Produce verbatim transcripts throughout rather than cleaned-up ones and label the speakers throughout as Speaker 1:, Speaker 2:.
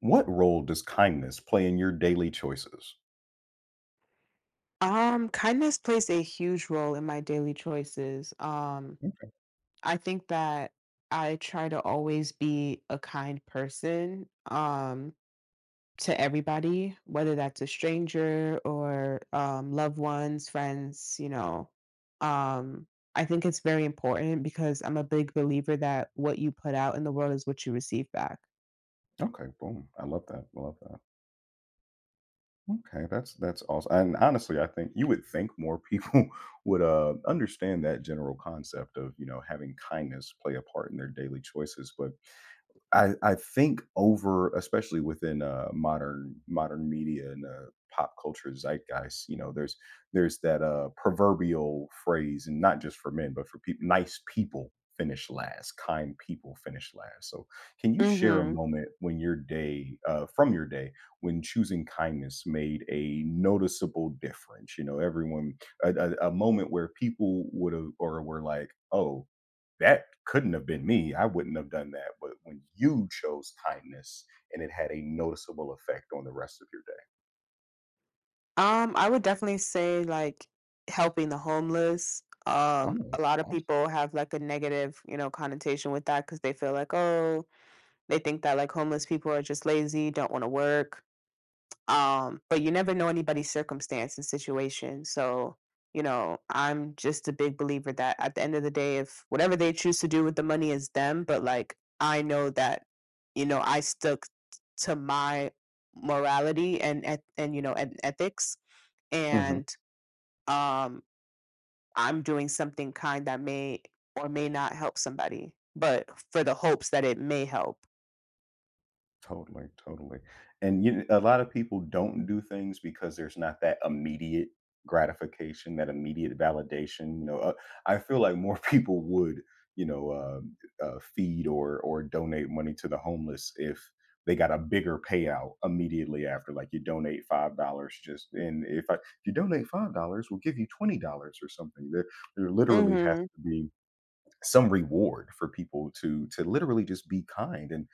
Speaker 1: What role does kindness play in your daily choices?
Speaker 2: Um, kindness plays a huge role in my daily choices. Um,
Speaker 1: Mm.
Speaker 2: I think that I try to always be a kind person, um, to everybody, whether that's a stranger or um, loved ones, friends, you know. Um, I think it's very important because I'm a big believer that what you put out in the world is what you receive back.
Speaker 1: Okay, boom. I love that. I love that. Okay, that's that's awesome. And honestly, I think you would think more people would uh, understand that general concept of you know having kindness play a part in their daily choices. But I I think over, especially within uh, modern modern media and uh, pop culture zeitgeist, you know, there's there's that uh, proverbial phrase, and not just for men, but for people, nice people finish last, kind people finish last. So, can you share a
Speaker 2: Mhm.
Speaker 1: moment when your day, uh, from your day, when choosing kindness made a noticeable difference? You know, everyone, a, a, a moment where people would have or were like, oh, that couldn't have been me. I wouldn't have done that. But when you chose kindness and it had a noticeable effect on the rest of your day.
Speaker 2: Um, I would definitely say, like, helping the homeless.
Speaker 1: Oh,
Speaker 2: Um, a
Speaker 1: that's
Speaker 2: lot of
Speaker 1: awesome.
Speaker 2: people have, like, a negative, you know, connotation with that because they feel like, "Oh," they think that, like, homeless people are just lazy, don't wanna work. Um, but you never know anybody's circumstance and situation. So, you know, I'm just a big believer that at the end of the day, if whatever they choose to do with the money is them, but like I know that, you know, I stuck to my morality and eth- and you know and ethics,
Speaker 1: Mhm.
Speaker 2: and um, I'm doing something kind that may or may not help somebody, but for the hopes that it may help.
Speaker 1: Totally, totally. And you, a lot of people don't do things because there's not that immediate gratification, that immediate validation. You know, uh, I feel like more people would, you know, uh, uh, feed or or donate money to the homeless if they got a bigger payout immediately after. Like you donate five dollars, just and if I, if you donate five dollars, we'll give you twenty dollars or something. There, there literally has
Speaker 2: Hmm.
Speaker 1: to be some reward for people to to literally just be kind. And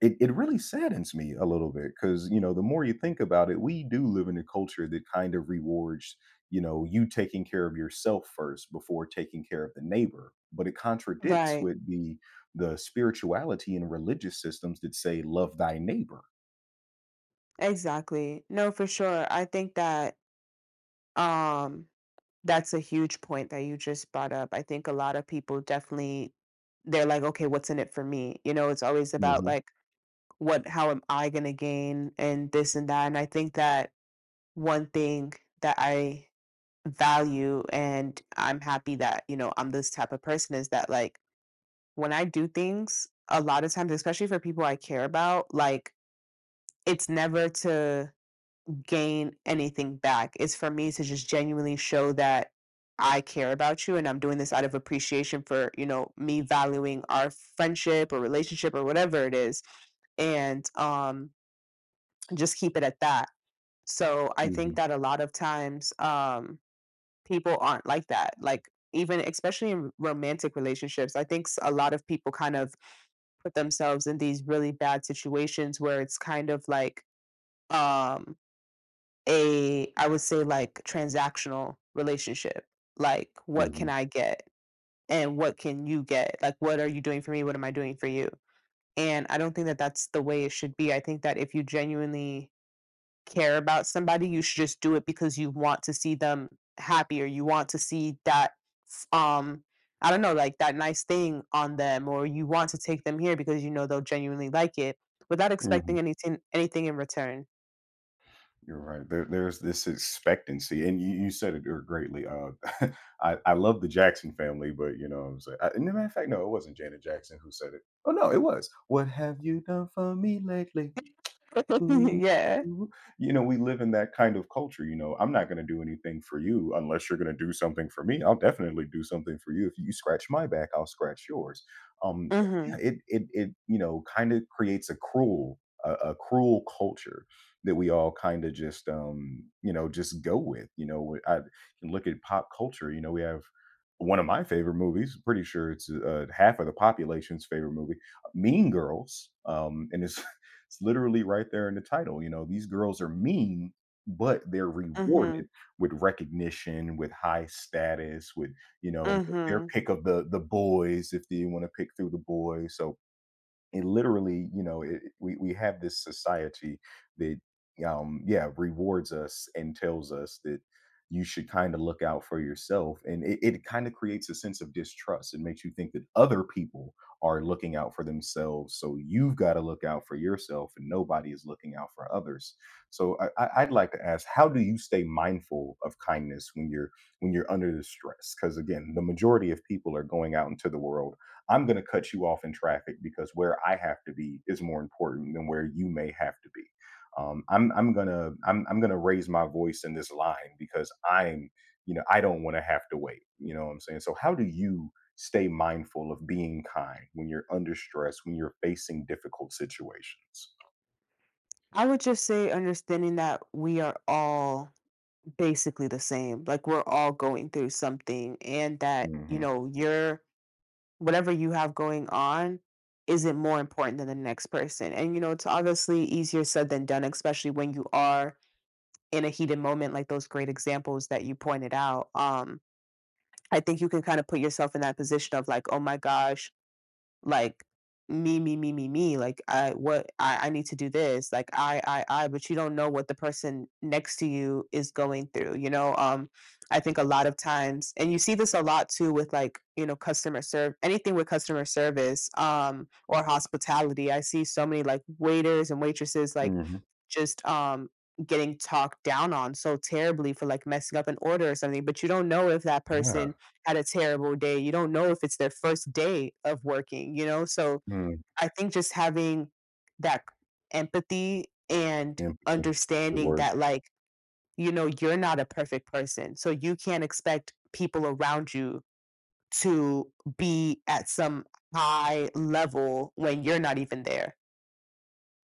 Speaker 1: it it really saddens me a little bit because, you know, the more you think about it, we do live in a culture that kind of rewards, you know, you taking care of yourself first before taking care of the neighbor, but it contradicts
Speaker 2: Right.
Speaker 1: with the the spirituality and religious systems that say, "Love thy neighbor."
Speaker 2: Exactly. No, for sure. I think that, Um, that's a huge point that you just brought up. I think a lot of people definitely, they're like, "Okay, what's in it for me?" You know, it's always about
Speaker 1: Mhm,
Speaker 2: like what, how am I going to gain, and this and that. And I think that one thing that I value, and I'm happy that, you know, I'm this type of person, is that like when I do things, a lot of times, especially for people I care about, like it's never to gain anything back. It's for me to just genuinely show that I care about you, and I'm doing this out of appreciation for, you know, me valuing our friendship or relationship or whatever it is, and um just keep it at that. So I think
Speaker 1: mhm,
Speaker 2: that a lot of times um people aren't like that. Like even especially in romantic relationships, I think s- a lot of people kind of put themselves in these really bad situations where it's kind of like um a, I would say, like, transactional relationship, like, "What can
Speaker 1: mhm,
Speaker 2: I get, and what can you get?" Like, "What are you doing for me? What am I doing for you?" And I don't think that that's the way it should be. I think that if you genuinely care about somebody, you should just do it because you want to see them happy, or you want to see that, um, I don't know, like, that nice thing on them, or you want to take them here because you know they'll genuinely like it without
Speaker 1: mhm.
Speaker 2: expecting anything anything in return.
Speaker 1: You're right. There, there's this expectancy, and you, you said it er, greatly. Uh, I, I love the Jackson family, but you know what I'm saying. I, and a matter of fact, no, it wasn't Janet Jackson who said it. Oh no, it was. What have you done for me lately? Ooh,
Speaker 2: Yeah.
Speaker 1: ooh. You know, we live in that kind of culture, you know, "I'm not gonna do anything for you unless you're gonna do something for me. I'll definitely do something for you. If you scratch my back, I'll scratch yours." Um, yeah,
Speaker 2: Mhm.
Speaker 1: it it it, you know, kinda creates a cruel a a cruel culture that we all kinda just, um, you know, just go with. You know, I can look at pop culture, you know, we have one of my favorite movies, pretty sure it's, uh, half of the population's favorite movie, Mean Girls, um, and it's it's literally right there in the title. You know, these girls are mean, but they're rewarded
Speaker 2: Mhm.
Speaker 1: with recognition, with high status, with, you know, th- their
Speaker 2: Mhm.
Speaker 1: pick of the the boys if they want to pick through the boys. So it literally, you know, it, we we have this society that, um, yeah, rewards us and tells us that you should kind of look out for yourself, and, it, it kind of creates a sense of distrust. It makes you think that other people are looking out for themselves, so you've got to look out for yourself, and nobody is looking out for others. So, I, I- I'd like to ask, how do you stay mindful of kindness when you're when you're under the stress? Because again, the majority of people are going out into the world. I'm going to cut you off in traffic because where I have to be is more important than where you may have to be. Um, I'm I'm gonna I'm I'm gonna raise my voice in this line because I'm, you know, I don't want to have to wait. You know what I'm saying? So how do you stay mindful of being kind when you're under stress, when you're facing difficult situations?
Speaker 2: I would just say understanding that we are all basically the same. Like we're all going through something, and that, you
Speaker 1: Hmm.
Speaker 2: know, your, whatever you have going on isn't more important than the next person. And you know, it's obviously easier said than done, especially when you are in a heated moment like those great examples that you pointed out. Um I think you can kind of put yourself in that position of like, oh my gosh, like me, me, me, me, me. Like I, what I, I need to do this. Like I, I, I, but you don't know what the person next to you is going through, you know? Um, I think a lot of times, and you see this a lot too with like, you know, customer serve, anything with customer service, um, or hospitality. I see so many like waiters and waitresses like
Speaker 1: Hmm.
Speaker 2: just um getting talked down on so terribly for like messing up an order or something, but you don't know if that
Speaker 1: Yeah.
Speaker 2: person had a terrible day. You don't know if it's their first day of working, you know? So
Speaker 1: Mm.
Speaker 2: I think just having that empathy and
Speaker 1: Empathy. It's a good
Speaker 2: understanding
Speaker 1: word.
Speaker 2: that, like, you know, you're not a perfect person. So you can't expect people around you to be at some high level when you're not even there.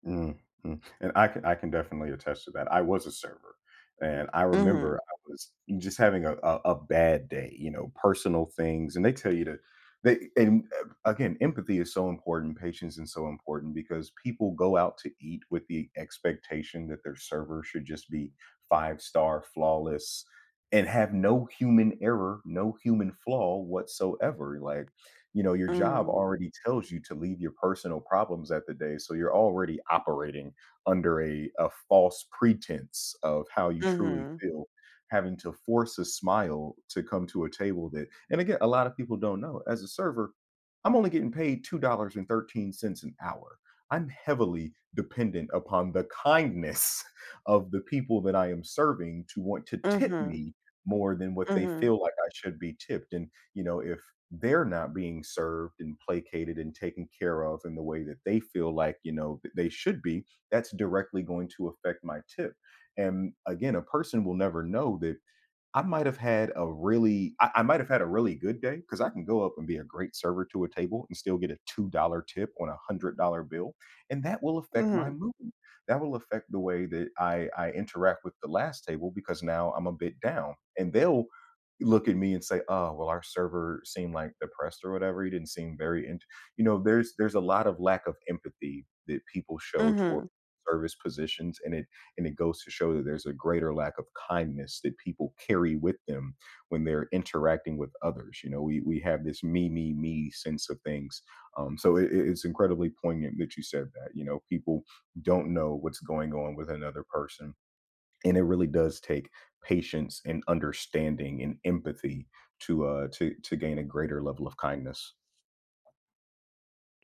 Speaker 1: Mm, mm, and I can I can definitely attest to that. I was a server, and I
Speaker 2: Mhm,
Speaker 1: remember I was just having a a a bad day, you know, personal things, and they tell you to they, and, uh, again, empathy is so important, patience is so important, because people go out to eat with the expectation that their server should just be five-star, flawless, and have no human error, no human flaw whatsoever. Like, you know, your job
Speaker 2: mhm,
Speaker 1: already tells you to leave your personal problems at the day. So you're already operating under a, a false pretense of how you truly
Speaker 2: mhm,
Speaker 1: feel. Having to force a smile to come to a table that, and again, a lot of people don't know. As a server, I'm only getting paid two dollars and thirteen cents an hour. I'm heavily dependent upon the kindness of the people that I am serving to want to tip
Speaker 2: mhm,
Speaker 1: me more than what they
Speaker 2: mhm,
Speaker 1: feel like I should be tipped. And, you know, if they're not being served and placated and taken care of in the way that they feel like, you know, that they should be, that's directly going to affect my tip. And again, a person will never know that I might have had a really I, I might have had a really good day, because I can go up and be a great server to a table and still get a two dollar tip on a one hundred dollar bill. And that will affect my
Speaker 2: mhm,
Speaker 1: mood. That will affect the way that I, I interact with the last table, because now I'm a bit down. And they'll look at me and say, "Oh, well, our server seemed like depressed or whatever. He didn't seem very, int-. you know." There's there's a lot of lack of empathy that people show toward
Speaker 2: mhm.
Speaker 1: service positions, and it and it goes to show that there's a greater lack of kindness that people carry with them when they're interacting with others. You know, we, we have this me, me, me sense of things. Um, so it, it's incredibly poignant that you said that. You know, people don't know what's going on with another person. And it really does take patience and understanding and empathy to uh to to gain a greater level of kindness.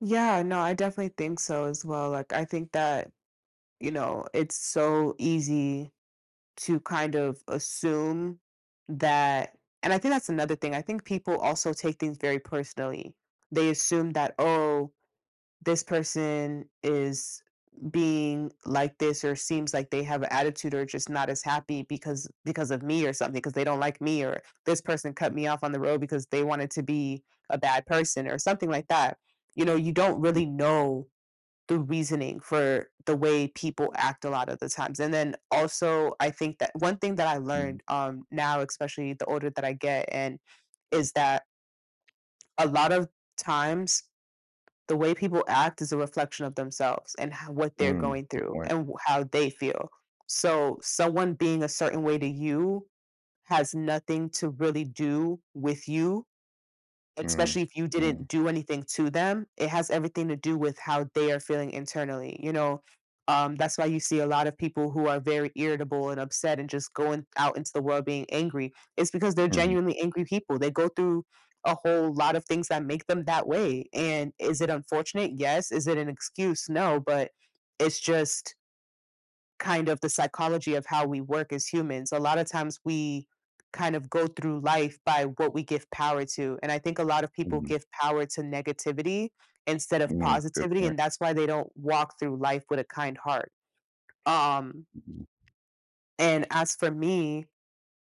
Speaker 2: Yeah, no, I definitely think so as well. Like, I think that, you know, it's so easy to kind of assume that, and I think that's another thing. I think people also take things very personally. They assume that, oh, this person is being like this, or seems like they have an attitude or just not as happy, because because of me or something, because they don't like me, or this person cut me off on the road because they wanted to be a bad person or something like that. You know, you don't really know the reasoning for the way people act a lot of the times. And then also, I think that one thing that I
Speaker 1: Mhm.
Speaker 2: learned um, now, especially the older that I get, and is that a lot of times the way people act is a reflection of themselves and how, what they're
Speaker 1: Mm,
Speaker 2: going
Speaker 1: good
Speaker 2: through
Speaker 1: point.
Speaker 2: and wh- how they feel. So, someone being a certain way to you has nothing to really do with you.
Speaker 1: Mm,
Speaker 2: Especially if you
Speaker 1: mm,
Speaker 2: didn't do anything to them, it has everything to do with how they are feeling internally, you know? Um, that's why you see a lot of people who are very irritable and upset and just going out into the world being angry. It's because they're
Speaker 1: mhm,
Speaker 2: genuinely angry people. They go through a whole lot of things that make them that way. And is it unfortunate? Yes. Is it an excuse? No, but it's just kind of the psychology of how we work as humans. A lot of times we kind of go through life by what we give power to. And I think a lot of people
Speaker 1: mhm,
Speaker 2: give power to negativity instead of
Speaker 1: mm, good
Speaker 2: positivity.
Speaker 1: point.
Speaker 2: And that's why they don't walk through life with a kind heart. Um,
Speaker 1: Mhm.
Speaker 2: and as for me,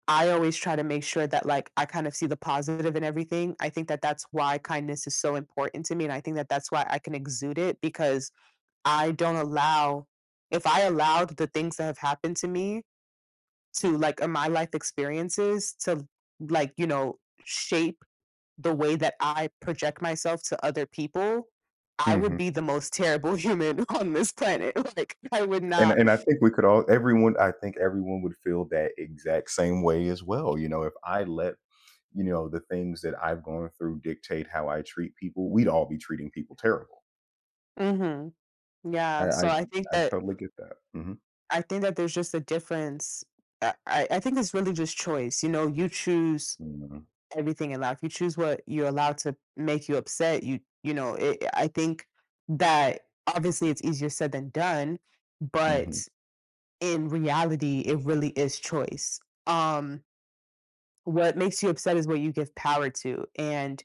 Speaker 2: I always try to make sure that like I kind of see the positive in everything. I think that that's why kindness is so important to me. And I think that that's why I can exude it because I don't allow, if I allowed the things that have happened to me to like, uh, my life experiences, to like, you know, shape the way that I project myself to other people, I would
Speaker 1: Mhm.
Speaker 2: be the most terrible human on this planet. Like, I would
Speaker 1: and
Speaker 2: not.
Speaker 1: and I think we could all, everyone, I think everyone would feel that exact same way as well. You know, if I let, you know, the things that I've gone through dictate how I treat people, we'd all be treating people terrible.
Speaker 2: Mhm.
Speaker 1: I
Speaker 2: Yeah,
Speaker 1: I,
Speaker 2: so I think
Speaker 1: I
Speaker 2: that,
Speaker 1: totally get that. Hmm.
Speaker 2: I think that there's just a difference. I I I think it's really just choice, you know, you choose
Speaker 1: Hmm.
Speaker 2: everything in life. You choose what you're allowed to make you upset. You you know, it, I think that obviously it's easier said than done,
Speaker 1: Hmm.
Speaker 2: but in reality, it really is choice. Um, what makes you upset is what you give power to. And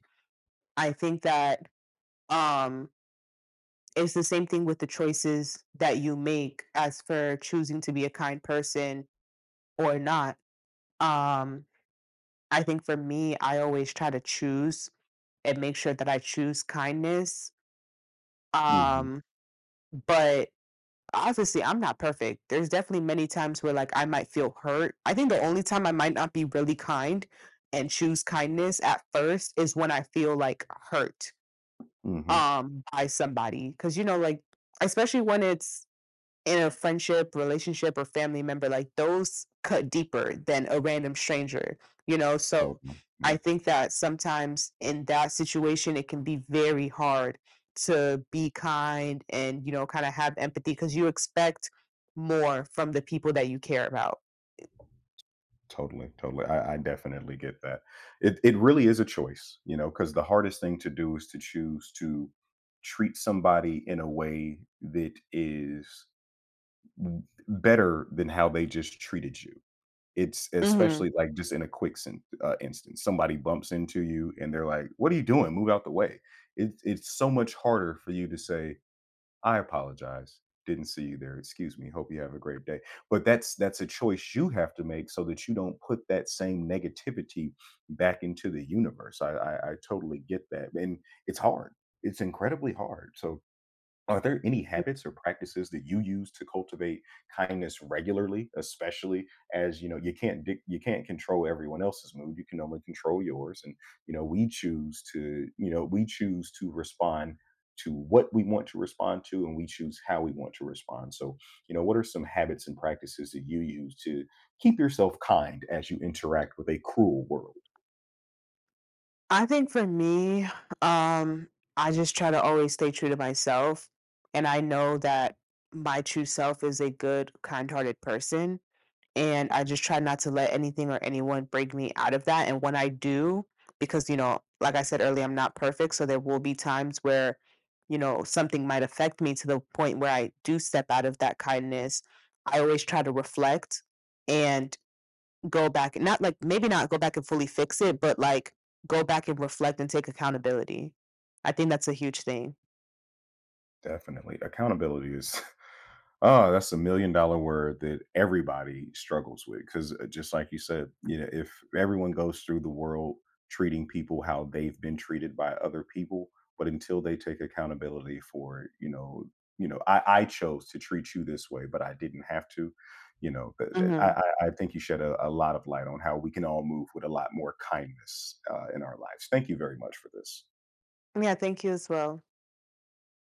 Speaker 2: I think that um, it's the same thing with the choices that you make as for choosing to be a kind person or not. Um, I think for me, I always try to choose and make sure that I choose kindness.
Speaker 1: Hmm.
Speaker 2: Um, but obviously I'm not perfect. There's definitely many times where like I might feel hurt. I think the only time I might not be really kind and choose kindness at first is when I feel like hurt
Speaker 1: Hmm.
Speaker 2: um by somebody, cuz you know, like especially when it's in a friendship, relationship, or family member, like those cut deeper than a random stranger, you know? So
Speaker 1: Totally.
Speaker 2: I
Speaker 1: Yeah.
Speaker 2: think that sometimes in that situation, it can be very hard to be kind and, you know, kind of have empathy because you expect more from the people that you care about.
Speaker 1: Totally. Totally. I, I definitely get that. It it really is a choice, you know, because the hardest thing to do is to choose to treat somebody in a way that is better than how they just treated you. It's
Speaker 2: Hmm.
Speaker 1: especially, like, just in a quick sen uh, instance, somebody bumps into you and they're like, "What are you doing? Move out the way." It's it's so much harder for you to say, "I apologize. Didn't see you there. Excuse me. Hope you have a great day." But that's that's a choice you have to make so that you don't put that same negativity back into the universe. I I I totally get that, and it's hard. It's incredibly hard. So are there any habits or practices that you use to cultivate kindness regularly, especially as, you know, you can't dic- you can't control everyone else's mood. You can only control yours, and, you know, we choose to you know, we choose to respond to what we want to respond to, and we choose how we want to respond. So, you know, what are some habits and practices that you use to keep yourself kind as you interact with a cruel world?
Speaker 2: I think for me, um, I just try to always stay true to myself. And I know that my true self is a good, kind hearted person. And I just try not to let anything or anyone break me out of that, and when I do, because, you know, like I said earlier, I'm not perfect, so there will be times where, you know, something might affect me to the point where I do step out of that kindness. I always try to reflect and go back, and not, like maybe not go back and fully fix it, but, like, go back and reflect and take accountability. I think that's a huge thing.
Speaker 1: Definitely. Accountability is oh, that's a million dollar word that everybody struggles with, because, just like you said, you know, if everyone goes through the world treating people how they've been treated by other people, but until they take accountability for, you know, you know, I, I chose to treat you this way, but I didn't have to. You know, th- th- I,
Speaker 2: Mhm.
Speaker 1: I I think you shed a, a lot of light on how we can all move with a lot more kindness uh, in our lives. Thank you very much for this.
Speaker 2: Yeah, thank you as well.